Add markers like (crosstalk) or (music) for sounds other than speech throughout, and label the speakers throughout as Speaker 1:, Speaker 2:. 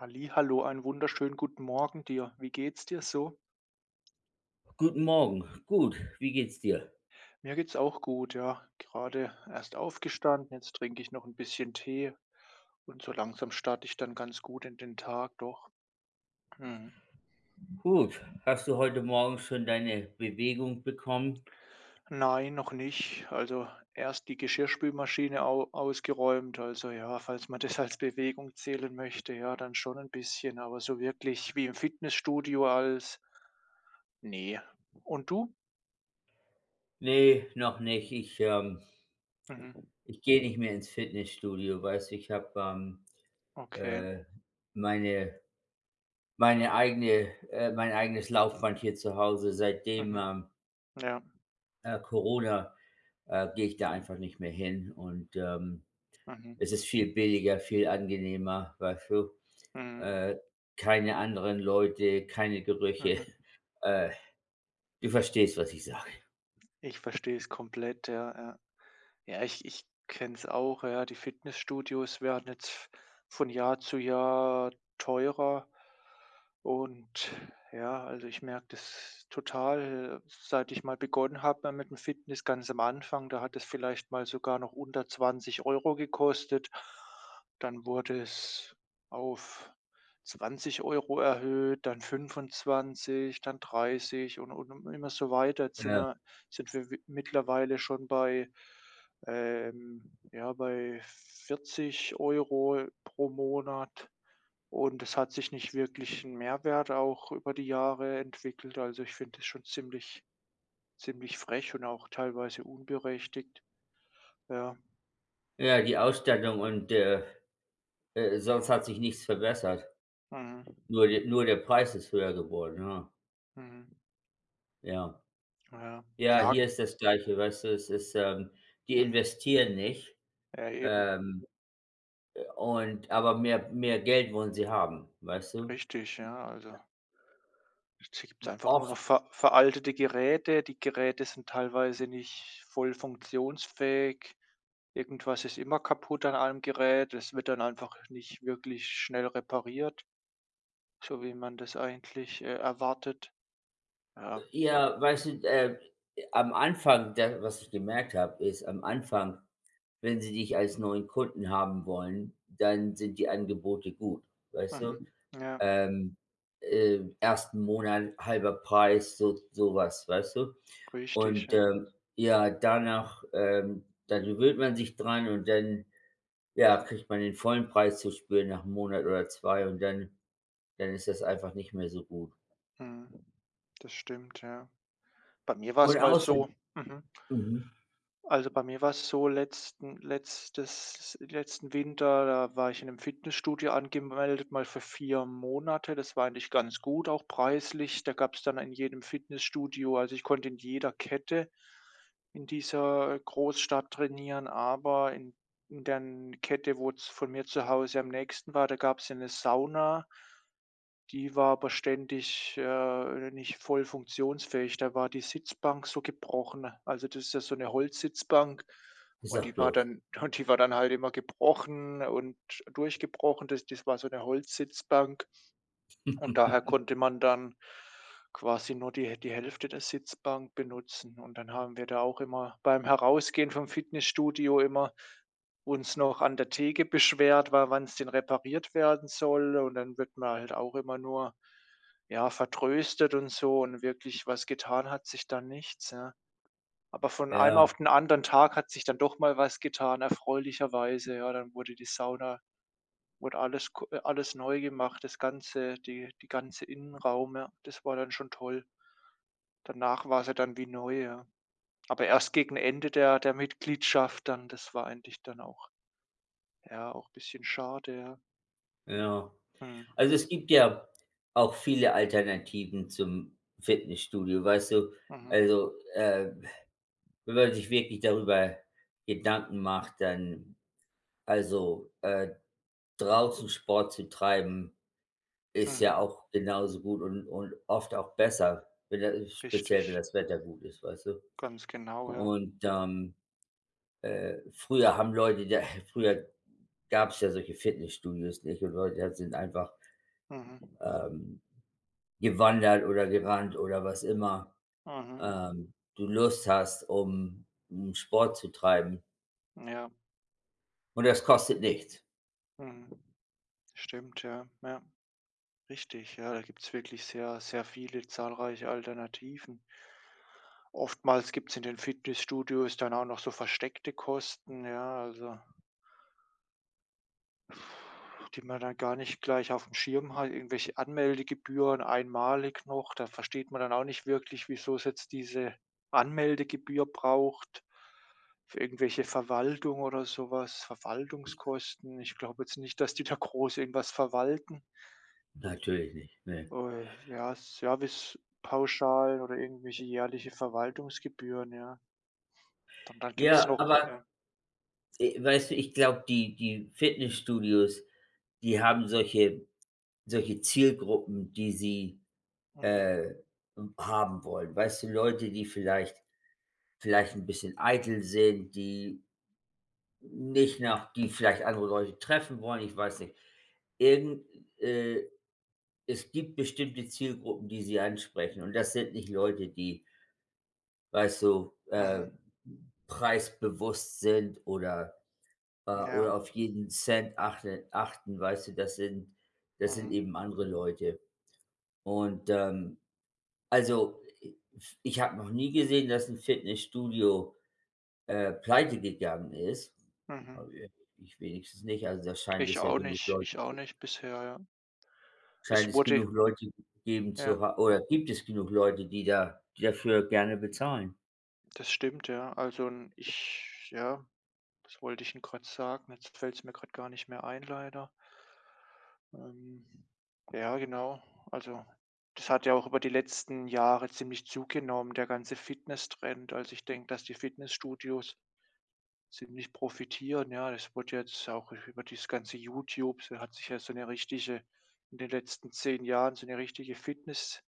Speaker 1: Hallihallo, einen wunderschönen guten Morgen dir. Wie geht's dir so?
Speaker 2: Guten Morgen. Gut, wie geht's dir?
Speaker 1: Mir geht's auch gut, ja. Gerade erst aufgestanden, jetzt trinke ich noch ein bisschen Tee und so langsam starte ich dann ganz gut in den Tag, doch. Mhm.
Speaker 2: Gut. Hast du heute Morgen schon deine Bewegung bekommen?
Speaker 1: Nein, noch nicht. Also, erst die Geschirrspülmaschine au ausgeräumt. Also, ja, falls man (laughs) das als Bewegung zählen möchte, ja, dann schon ein bisschen, aber so wirklich wie im Fitnessstudio als ne. Und du?
Speaker 2: Ne, noch nicht. Ich
Speaker 1: Mhm.
Speaker 2: ich gehe nicht mehr ins Fitnessstudio, weißt du? Ich habe,
Speaker 1: Okay.
Speaker 2: äh, meine meine eigene mein eigenes Laufband hier zu Hause. Seitdem,
Speaker 1: Mhm.
Speaker 2: ähm,
Speaker 1: Ja.
Speaker 2: äh, Corona, gehe ich da einfach nicht mehr hin und,
Speaker 1: Mhm.
Speaker 2: es ist viel billiger, viel angenehmer, weißt du?
Speaker 1: Mhm.
Speaker 2: Äh, Keine anderen Leute, keine Gerüche.
Speaker 1: Mhm.
Speaker 2: (laughs) Äh, Du verstehst, was ich sage.
Speaker 1: Ich verstehe es komplett, ja, ja. Ja, ich kenne es auch, ja. Die Fitnessstudios werden jetzt von Jahr zu Jahr teurer. Und ja, also ich merke das total, seit ich mal begonnen habe mit dem Fitness ganz am Anfang, da hat es vielleicht mal sogar noch unter 20 Euro gekostet. Dann wurde es auf 20 Euro erhöht, dann 25, dann 30 und immer so weiter. Jetzt
Speaker 2: Ja.
Speaker 1: sind wir wi mittlerweile schon bei ja, bei 40 Euro pro Monat und es hat sich nicht wirklich ein Mehrwert auch über die Jahre entwickelt. Also, ich finde es schon ziemlich frech und auch teilweise unberechtigt. Ja.
Speaker 2: Ja, die Ausstattung und,
Speaker 1: Mhm.
Speaker 2: sonst hat sich nichts verbessert.
Speaker 1: Mhm.
Speaker 2: Nur der Preis ist höher geworden, ja.
Speaker 1: Mhm.
Speaker 2: Ja.
Speaker 1: Ja,
Speaker 2: Ja,
Speaker 1: klar.
Speaker 2: hier ist das Gleiche, weißt du? Es ist, die
Speaker 1: Mhm.
Speaker 2: investieren nicht,
Speaker 1: Ja, eben.
Speaker 2: ähm, und aber mehr Geld wollen sie haben, weißt du?
Speaker 1: Richtig, ja, also jetzt gibt's einfach nur noch
Speaker 2: Oft
Speaker 1: veraltete Geräte. Die Geräte sind teilweise nicht voll funktionsfähig. Irgendwas ist immer kaputt an einem Gerät. Es wird dann einfach nicht wirklich schnell repariert, so wie man das eigentlich, erwartet. Ja,
Speaker 2: ja, weißt du, am Anfang da was ich gemerkt habe, ist am Anfang, wenn sie dich als neuen Kunden haben wollen, dann sind die Angebote gut, weißt du?
Speaker 1: mhm. Ja,
Speaker 2: ähm, 1. Monat halber Preis, so sowas weißt du?
Speaker 1: richtig,
Speaker 2: Und,
Speaker 1: ja.
Speaker 2: ja, danach, dann gewöhnt man sich dran und dann, ja, kriegt man den vollen Preis zu spüren nach 'm Monat oder 2 und dann dann ist das einfach nicht mehr so gut.
Speaker 1: Mhm. Das stimmt, ja. Bei mir war es
Speaker 2: Und
Speaker 1: mal
Speaker 2: außer
Speaker 1: so mhm.
Speaker 2: mhm,
Speaker 1: Also, bei mir war es so letzten Winter, da war ich in einem Fitnessstudio angemeldet, mal für 4 Monate. Das war eigentlich ganz gut, auch preislich. Da gab es dann in jedem Fitnessstudio, also ich konnte in jeder Kette in dieser Großstadt trainieren, aber in der Kette, wo es von mir zu Hause am nächsten war, da gab es eine Sauna. Die war aber ständig, nicht voll funktionsfähig. Da war die Sitzbank so gebrochen. Also, das ist ja so eine Holzsitzbank
Speaker 2: ich
Speaker 1: und
Speaker 2: sag
Speaker 1: die war
Speaker 2: bloß.
Speaker 1: dann (laughs) und die war dann halt immer gebrochen und durchgebrochen. Das war so eine Holzsitzbank. Und
Speaker 2: (laughs)
Speaker 1: daher konnte man dann quasi nur die Hälfte der Sitzbank benutzen. Und dann haben wir da auch immer beim Herausgehen vom Fitnessstudio immer uns noch an der Theke beschwert, weil wann es denn repariert werden soll. Und dann wird man halt auch immer nur, ja, vertröstet und so und wirklich was getan hat sich dann nichts, ja. Aber von einem
Speaker 2: Ja,
Speaker 1: auf den anderen Tag hat sich dann doch mal was getan, erfreulicherweise, ja. Dann wurde die Sauna, wurde alles ko alles neu gemacht, das ganze, die ganze Innenraum, ja. Das war dann schon toll. Danach war's ja dann wie neu, ja. Aber erst gegen Ende der Mitgliedschaft dann, das war eigentlich dann auch, ja, auch ein bisschen schade, ja.
Speaker 2: ja.
Speaker 1: Mhm.
Speaker 2: Also, es gibt ja auch viele Alternativen zum Fitnessstudio, weißt du?
Speaker 1: Mhm.
Speaker 2: Also, wenn man sich wirklich darüber Gedanken macht, dann also, draußen Sport zu treiben, ist ja
Speaker 1: Mhm.
Speaker 2: auch genauso gut und oft auch besser, wenn da speziell wenn
Speaker 1: Richtig.
Speaker 2: das Wetter gut ist, weißt du?
Speaker 1: Ganz genau, ja.
Speaker 2: Und, früher haben Leute da (laughs) früher gab es ja solche Fitnessstudios nicht und Leute sind einfach,
Speaker 1: Mhm.
Speaker 2: ähm, gewandert oder gerannt oder was immer,
Speaker 1: Mhm.
Speaker 2: du Lust hast, um um Sport zu treiben
Speaker 1: Ja.
Speaker 2: und das kostet nichts.
Speaker 1: Mhm. Stimmt, ja. Ja, richtig, ja. Da gibt's wirklich sehr, sehr viele zahlreiche Alternativen. Oftmals gibt's in den Fitnessstudios dann auch noch so versteckte Kosten, ja, also die man dann gar nicht gleich auf dem Schirm hat, irgendwelche Anmeldegebühren einmalig noch. Da versteht man dann auch nicht wirklich, wieso es jetzt diese Anmeldegebühr braucht für irgendwelche Verwaltung oder sowas, Verwaltungskosten. Ich glaube jetzt nicht, dass die da groß irgendwas verwalten.
Speaker 2: Natürlich nicht, ne.
Speaker 1: Ja, Servicepauschalen oder irgendwelche jährliche Verwaltungsgebühren, ja. Und dann gibt's
Speaker 2: Ja,
Speaker 1: noch, ja,
Speaker 2: aber, weißt du, ich glaube, die Fitnessstudios, die haben solche solche Zielgruppen, die sie,
Speaker 1: mhm,
Speaker 2: äh, haben wollen. Weißt du, Leute, die vielleicht 'n bisschen eitel sind, die nicht nach die vielleicht andere Leute treffen wollen, ich weiß nicht. Irgend äh, es gibt bestimmte Zielgruppen, die sie ansprechen und das sind nicht Leute, die, weißt du,
Speaker 1: mhm.
Speaker 2: preisbewusst sind
Speaker 1: Ja,
Speaker 2: oder auf jeden Cent achten, weißt du? Das sind
Speaker 1: mhm,
Speaker 2: eben andere Leute. Und, also, ich habe noch nie gesehen, dass ein Fitnessstudio, pleite gegangen ist.
Speaker 1: mhm.
Speaker 2: Habe i ich wenigstens nicht. Also, da scheint es ja genug Leute
Speaker 1: Ich auch nicht bisher, ja.
Speaker 2: scheint
Speaker 1: Es
Speaker 2: es
Speaker 1: wurde,
Speaker 2: genug Leute geben
Speaker 1: ja,
Speaker 2: zu ha oder gibt es genug Leute, die da die dafür gerne bezahlen.
Speaker 1: das stimmt, ja. Also, 'n ich, ja, was wollte ich 'n grad sagen? Jetzt fällt es mir grad gar nicht mehr ein leider. Ähm, ja, genau. Also, das hat ja auch über die letzten Jahre ziemlich zugenommen, der ganze Fitness-Trend. Also, ich denke, dass die Fitnessstudios ziemlich profitieren, ja. Das wird jetzt auch über dieses ganze YouTube, so hat sich ja so eine richtige, in den letzten 10 Jahren, so eine richtige Fitnessszene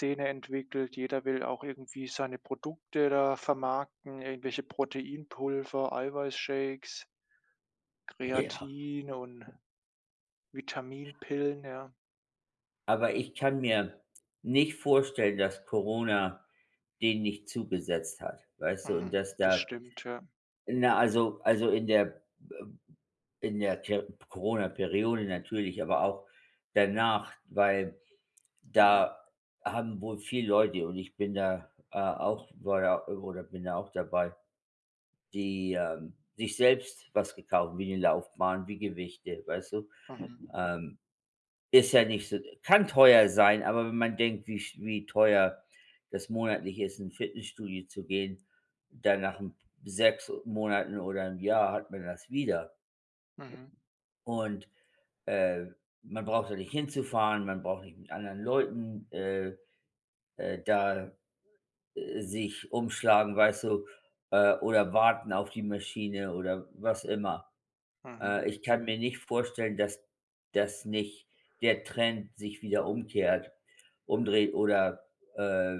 Speaker 1: entwickelt. Jeder will auch irgendwie seine Produkte da vermarkten, irgendwelche Proteinpulver, Eiweißshakes,
Speaker 2: (laughs) Ja.
Speaker 1: Kreatin und Vitaminpillen, ja.
Speaker 2: Aber ich kann mir nicht vorstellen, dass Corona den nicht zugesetzt hat, weißt du? Und
Speaker 1: Mhm,
Speaker 2: dass
Speaker 1: das
Speaker 2: da
Speaker 1: stimmt, ja.
Speaker 2: na, also äh, in der Ke Corona-Periode natürlich, aber auch danach, weil
Speaker 1: Mhm,
Speaker 2: da haben wohl viele Leute und ich bin da, auch war da oder bin da auch dabei, die, sich selbst was gekauft, wie eine Laufbahn, wie Gewichte, weißt du?
Speaker 1: mhm,
Speaker 2: Ähm ist ja nicht so kann teuer sein, aber wenn man denkt, wie teuer das monatlich ist, in 'n Fitnessstudio zu gehen, dann nach 'n 6 Monaten oder 'nem Jahr hat man das wieder.
Speaker 1: mhm,
Speaker 2: Und, äh, man braucht da nicht hinzufahren, man braucht nicht mit anderen Leuten, da, sich umschlagen, weißt du, oder warten auf die Maschine oder was immer.
Speaker 1: mhm,
Speaker 2: Ich kann mir nicht vorstellen, dass das nicht der Trend sich wieder umkehrt umdreht oder, äh,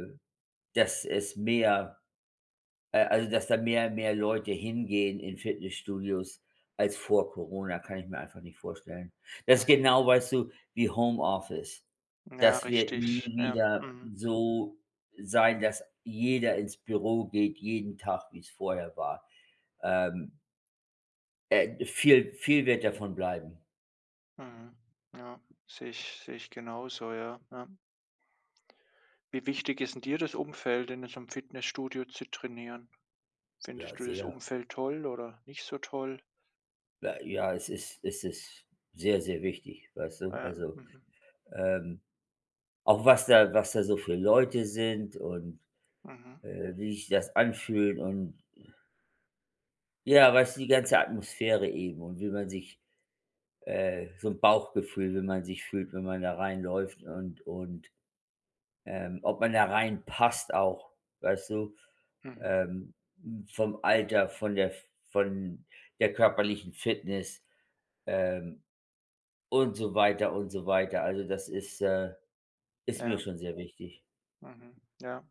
Speaker 2: dass es mehr also, dass da mehr und mehr Leute hingehen in Fitnessstudios als vor Corona, kann ich mir einfach nicht vorstellen. Das ist
Speaker 1: mhm.
Speaker 2: genau, weißt du, wie Homeoffice.
Speaker 1: Ja,
Speaker 2: Das wird
Speaker 1: richtig,
Speaker 2: nie
Speaker 1: ja.
Speaker 2: wieder
Speaker 1: Mhm,
Speaker 2: so sein, dass jeder ins Büro geht jeden Tag, wie es vorher war. Ähm, viel wird davon bleiben.
Speaker 1: mhm. Ja, sehe ich genauso, ja, ja. Wie wichtig ist 'n dir das Umfeld, in so einem Fitnessstudio zu trainieren?
Speaker 2: Ja,
Speaker 1: Findest du das
Speaker 2: sehr.
Speaker 1: Umfeld toll oder nicht so toll?
Speaker 2: Ja, ja, es ist sehr, sehr wichtig, weißt du?
Speaker 1: Ja,
Speaker 2: Also,
Speaker 1: mhm,
Speaker 2: ähm, auch was da so für Leute sind und,
Speaker 1: mhm,
Speaker 2: wie sich das anfühlt und ja, weißt du, die ganze Atmosphäre eben und wie man sich so ein Bauchgefühl, wie man sich fühlt, wenn man da reinläuft und, ob man da reinpasst auch, weißt du?
Speaker 1: mhm,
Speaker 2: Ähm, vom Alter, von der körperlichen Fitness, ähm und so weiter und so weiter. Also, das ist, ist mir
Speaker 1: ja,
Speaker 2: schon sehr wichtig.
Speaker 1: mhm, ja.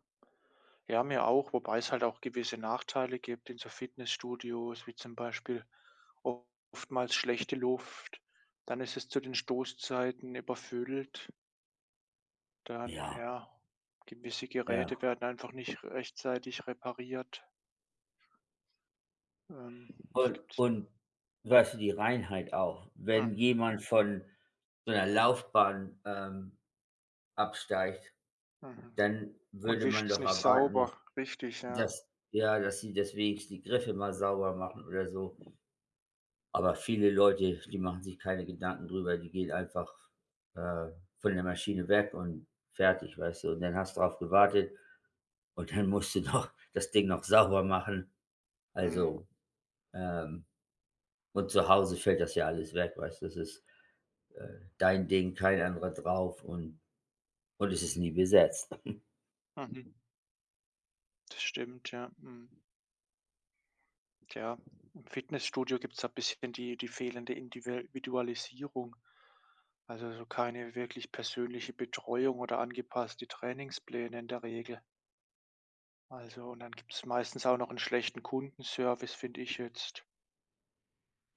Speaker 1: Ja, mir auch, wobei es halt auch gewisse Nachteile gibt in so Fitnessstudios, wie zum Beispiel oftmals schlechte Luft, dann ist es zu den Stoßzeiten überfüllt, dann,
Speaker 2: Ja,
Speaker 1: ja, gewisse
Speaker 2: ja.
Speaker 1: Geräte werden einfach nicht rechtzeitig repariert. Ähm, was gibt's?
Speaker 2: Und weißt du, die Reinheit auch. Wenn
Speaker 1: Mhm.
Speaker 2: jemand von so 'ner Laufbahn, absteigt,
Speaker 1: Mhm.
Speaker 2: dann
Speaker 1: Und
Speaker 2: würde man
Speaker 1: wischt's
Speaker 2: doch
Speaker 1: nicht
Speaker 2: erwarten,
Speaker 1: sauber,
Speaker 2: dass
Speaker 1: richtig, ja.
Speaker 2: dass ja, dass sie deswegen die Griffe mal sauber machen oder so. Aber viele Leute, die machen sich keine Gedanken drüber, die gehen einfach, äh, von der Maschine weg und fertig, weißt du? Und dann hast du drauf gewartet. Und dann musst du noch (laughs) das Ding noch sauber machen.
Speaker 1: Mhm.
Speaker 2: Also, ähm und zu Hause fällt das ja alles weg, weißt du? Das ist, dein Ding, kein anderer drauf und es ist nie besetzt.
Speaker 1: Mhm. Das stimmt, ja. Mhm. Ja, im Fitnessstudio gibt's da bisschen die fehlende Individualisierung. Also, so keine wirklich persönliche Betreuung oder angepasste Trainingspläne in der Regel. Also, und dann gibt's meistens auch noch einen schlechten Kundenservice, finde ich jetzt.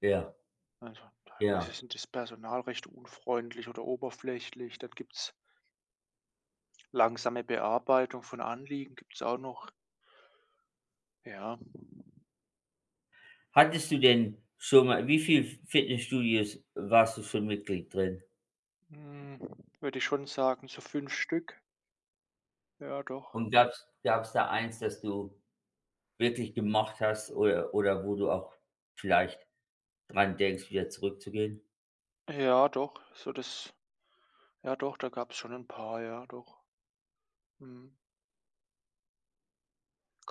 Speaker 2: Ja,
Speaker 1: Also, teilweise
Speaker 2: ja.
Speaker 1: sind das Personal recht unfreundlich oder oberflächlich. Dann gibt's langsame Bearbeitung von Anliegen, gibt's auch noch. Ja,
Speaker 2: Hattest du denn schon mal wie viel Fitnessstudios warst du schon Mitglied drin?
Speaker 1: hm, würde ich schon sagen, so 5 Stück. Ja, doch.
Speaker 2: Und gab es da eins, das du wirklich gemocht hast oder wo du auch vielleicht dran denkst, wieder zurückzugehen?
Speaker 1: Ja, doch. So das, ja doch, da gab's schon ein paar, ja, doch. Mhm.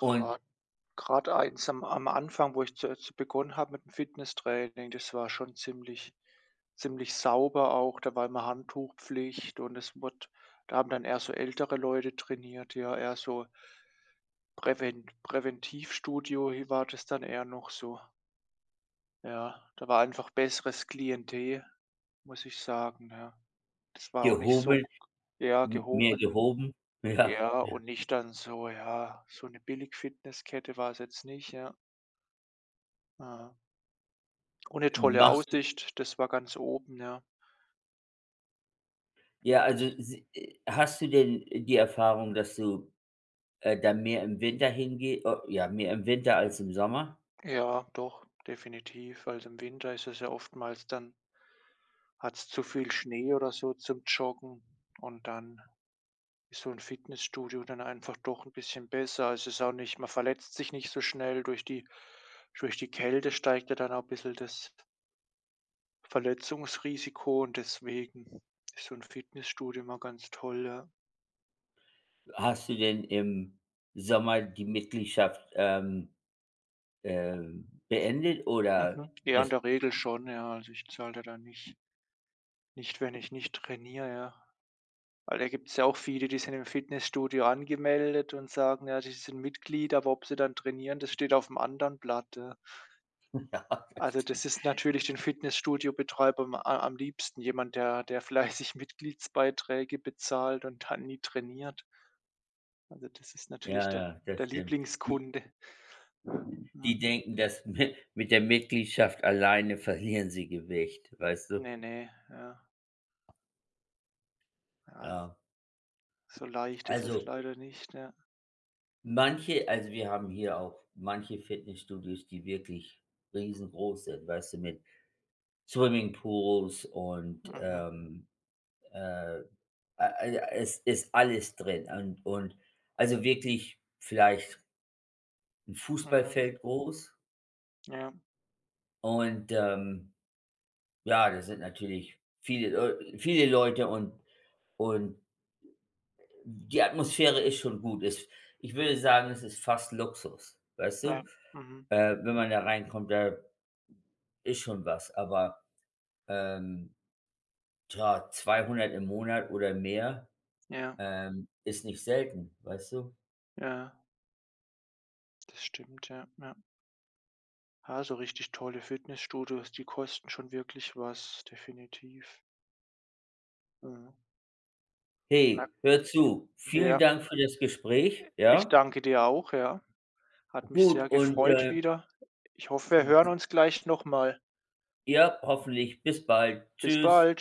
Speaker 2: Und
Speaker 1: Gerade grad eins am Anfang, wo ich zu begonnen habe mit dem Fitnesstraining, das war schon ziemlich sauber auch. Da war immer Handtuchpflicht und es wurde, da haben dann eher so ältere Leute trainiert, ja, eher so Präventivstudio hi war das dann eher noch so. Ja, da war einfach besseres Klientel, muss ich sagen, ja. Das war auch nicht so,
Speaker 2: gehoben
Speaker 1: ja,
Speaker 2: m mehr
Speaker 1: gehoben,
Speaker 2: gehoben? (laughs) Ja,
Speaker 1: ja,
Speaker 2: ja.
Speaker 1: und nicht dann so, ja, so eine Billig-Fitnesskette war es jetzt nicht, ja. Ja. Und 'ne tolle
Speaker 2: Machst
Speaker 1: Aussicht, das war ganz oben, ja.
Speaker 2: Ja,
Speaker 1: Das,
Speaker 2: also, s hast du denn die Erfahrung, dass du, da mehr im Winter hingeh o ja, mehr im Winter als im Sommer?
Speaker 1: ja, doch, definitiv. Also, im Winter ist es ja oftmals dann, hat's zu viel Schnee oder so zum Joggen, und dann ist so 'n Fitnessstudio dann einfach doch 'n bisschen besser. Also, es ist auch nicht, man verletzt sich nicht so schnell durch die, Kälte, steigt ja dann auch bisschen das Verletzungsrisiko und deswegen ist so 'n Fitnessstudio immer ganz toll, ja.
Speaker 2: Hast du denn im Sommer die Mitgliedschaft, beendet oder
Speaker 1: Mhm. Ja, in
Speaker 2: das
Speaker 1: der Regel schon, ja. Also, ich zahle da dann nicht, wenn ich nicht trainiere, ja. Weil da gibt's ja auch viele, die sind im Fitnessstudio angemeldet und sagen, ja, die sind Mitglied, aber ob sie dann trainieren, das steht auf'm anderen Blatt, ja.
Speaker 2: (laughs) ja, das
Speaker 1: Also,
Speaker 2: stimmt.
Speaker 1: das ist natürlich den Fitnessstudiobetreibern a am liebsten jemand, der fleißig (laughs) Mitgliedsbeiträge bezahlt und dann nie trainiert. Also, das ist natürlich
Speaker 2: Ja,
Speaker 1: der
Speaker 2: ja, das
Speaker 1: der
Speaker 2: stimmt. Die
Speaker 1: Lieblingskunde. Ja.
Speaker 2: die denken, dass (laughs) mi mit der Mitgliedschaft alleine verlieren sie Gewicht, weißt du?
Speaker 1: Ne, ne, ja, ja.
Speaker 2: Ja.
Speaker 1: So leicht ist es
Speaker 2: Also,
Speaker 1: leider nicht, ja.
Speaker 2: manche also, wir haben hier auch manche Fitnessstudios, die wirklich riesengroß sind, weißt du, mit Swimmingpools und,
Speaker 1: Mhm,
Speaker 2: äh, ja, es ist alles drin und also wirklich vielleicht ein
Speaker 1: mhm,
Speaker 2: Fußballfeld groß
Speaker 1: ja,
Speaker 2: und, ja, das sind natürlich viele Leute und die Atmosphäre ist schon gut. Es Ich würde sagen, es ist fast Luxus, weißt
Speaker 1: ja,
Speaker 2: du?
Speaker 1: mhm,
Speaker 2: Wenn man da reinkommt, da ist schon was, aber, ähm, tja, 200 im Monat oder mehr,
Speaker 1: ja,
Speaker 2: ist nicht selten, weißt du?
Speaker 1: ja, das stimmt, ja, ja. Ja, so richtig tolle Fitnessstudios, die kosten schon wirklich was, definitiv. Mhm. Na,
Speaker 2: Hey, hör zu. Vielen
Speaker 1: ja.
Speaker 2: Dank für das Gespräch,
Speaker 1: Ich
Speaker 2: ja?
Speaker 1: danke dir auch, ja. Hat mich
Speaker 2: Gut
Speaker 1: sehr
Speaker 2: und,
Speaker 1: gefreut wieder. Ich hoffe, wir hören uns gleich noch mal.
Speaker 2: ja, hoffentlich bis bald.
Speaker 1: Bis
Speaker 2: Tschüss.
Speaker 1: bald.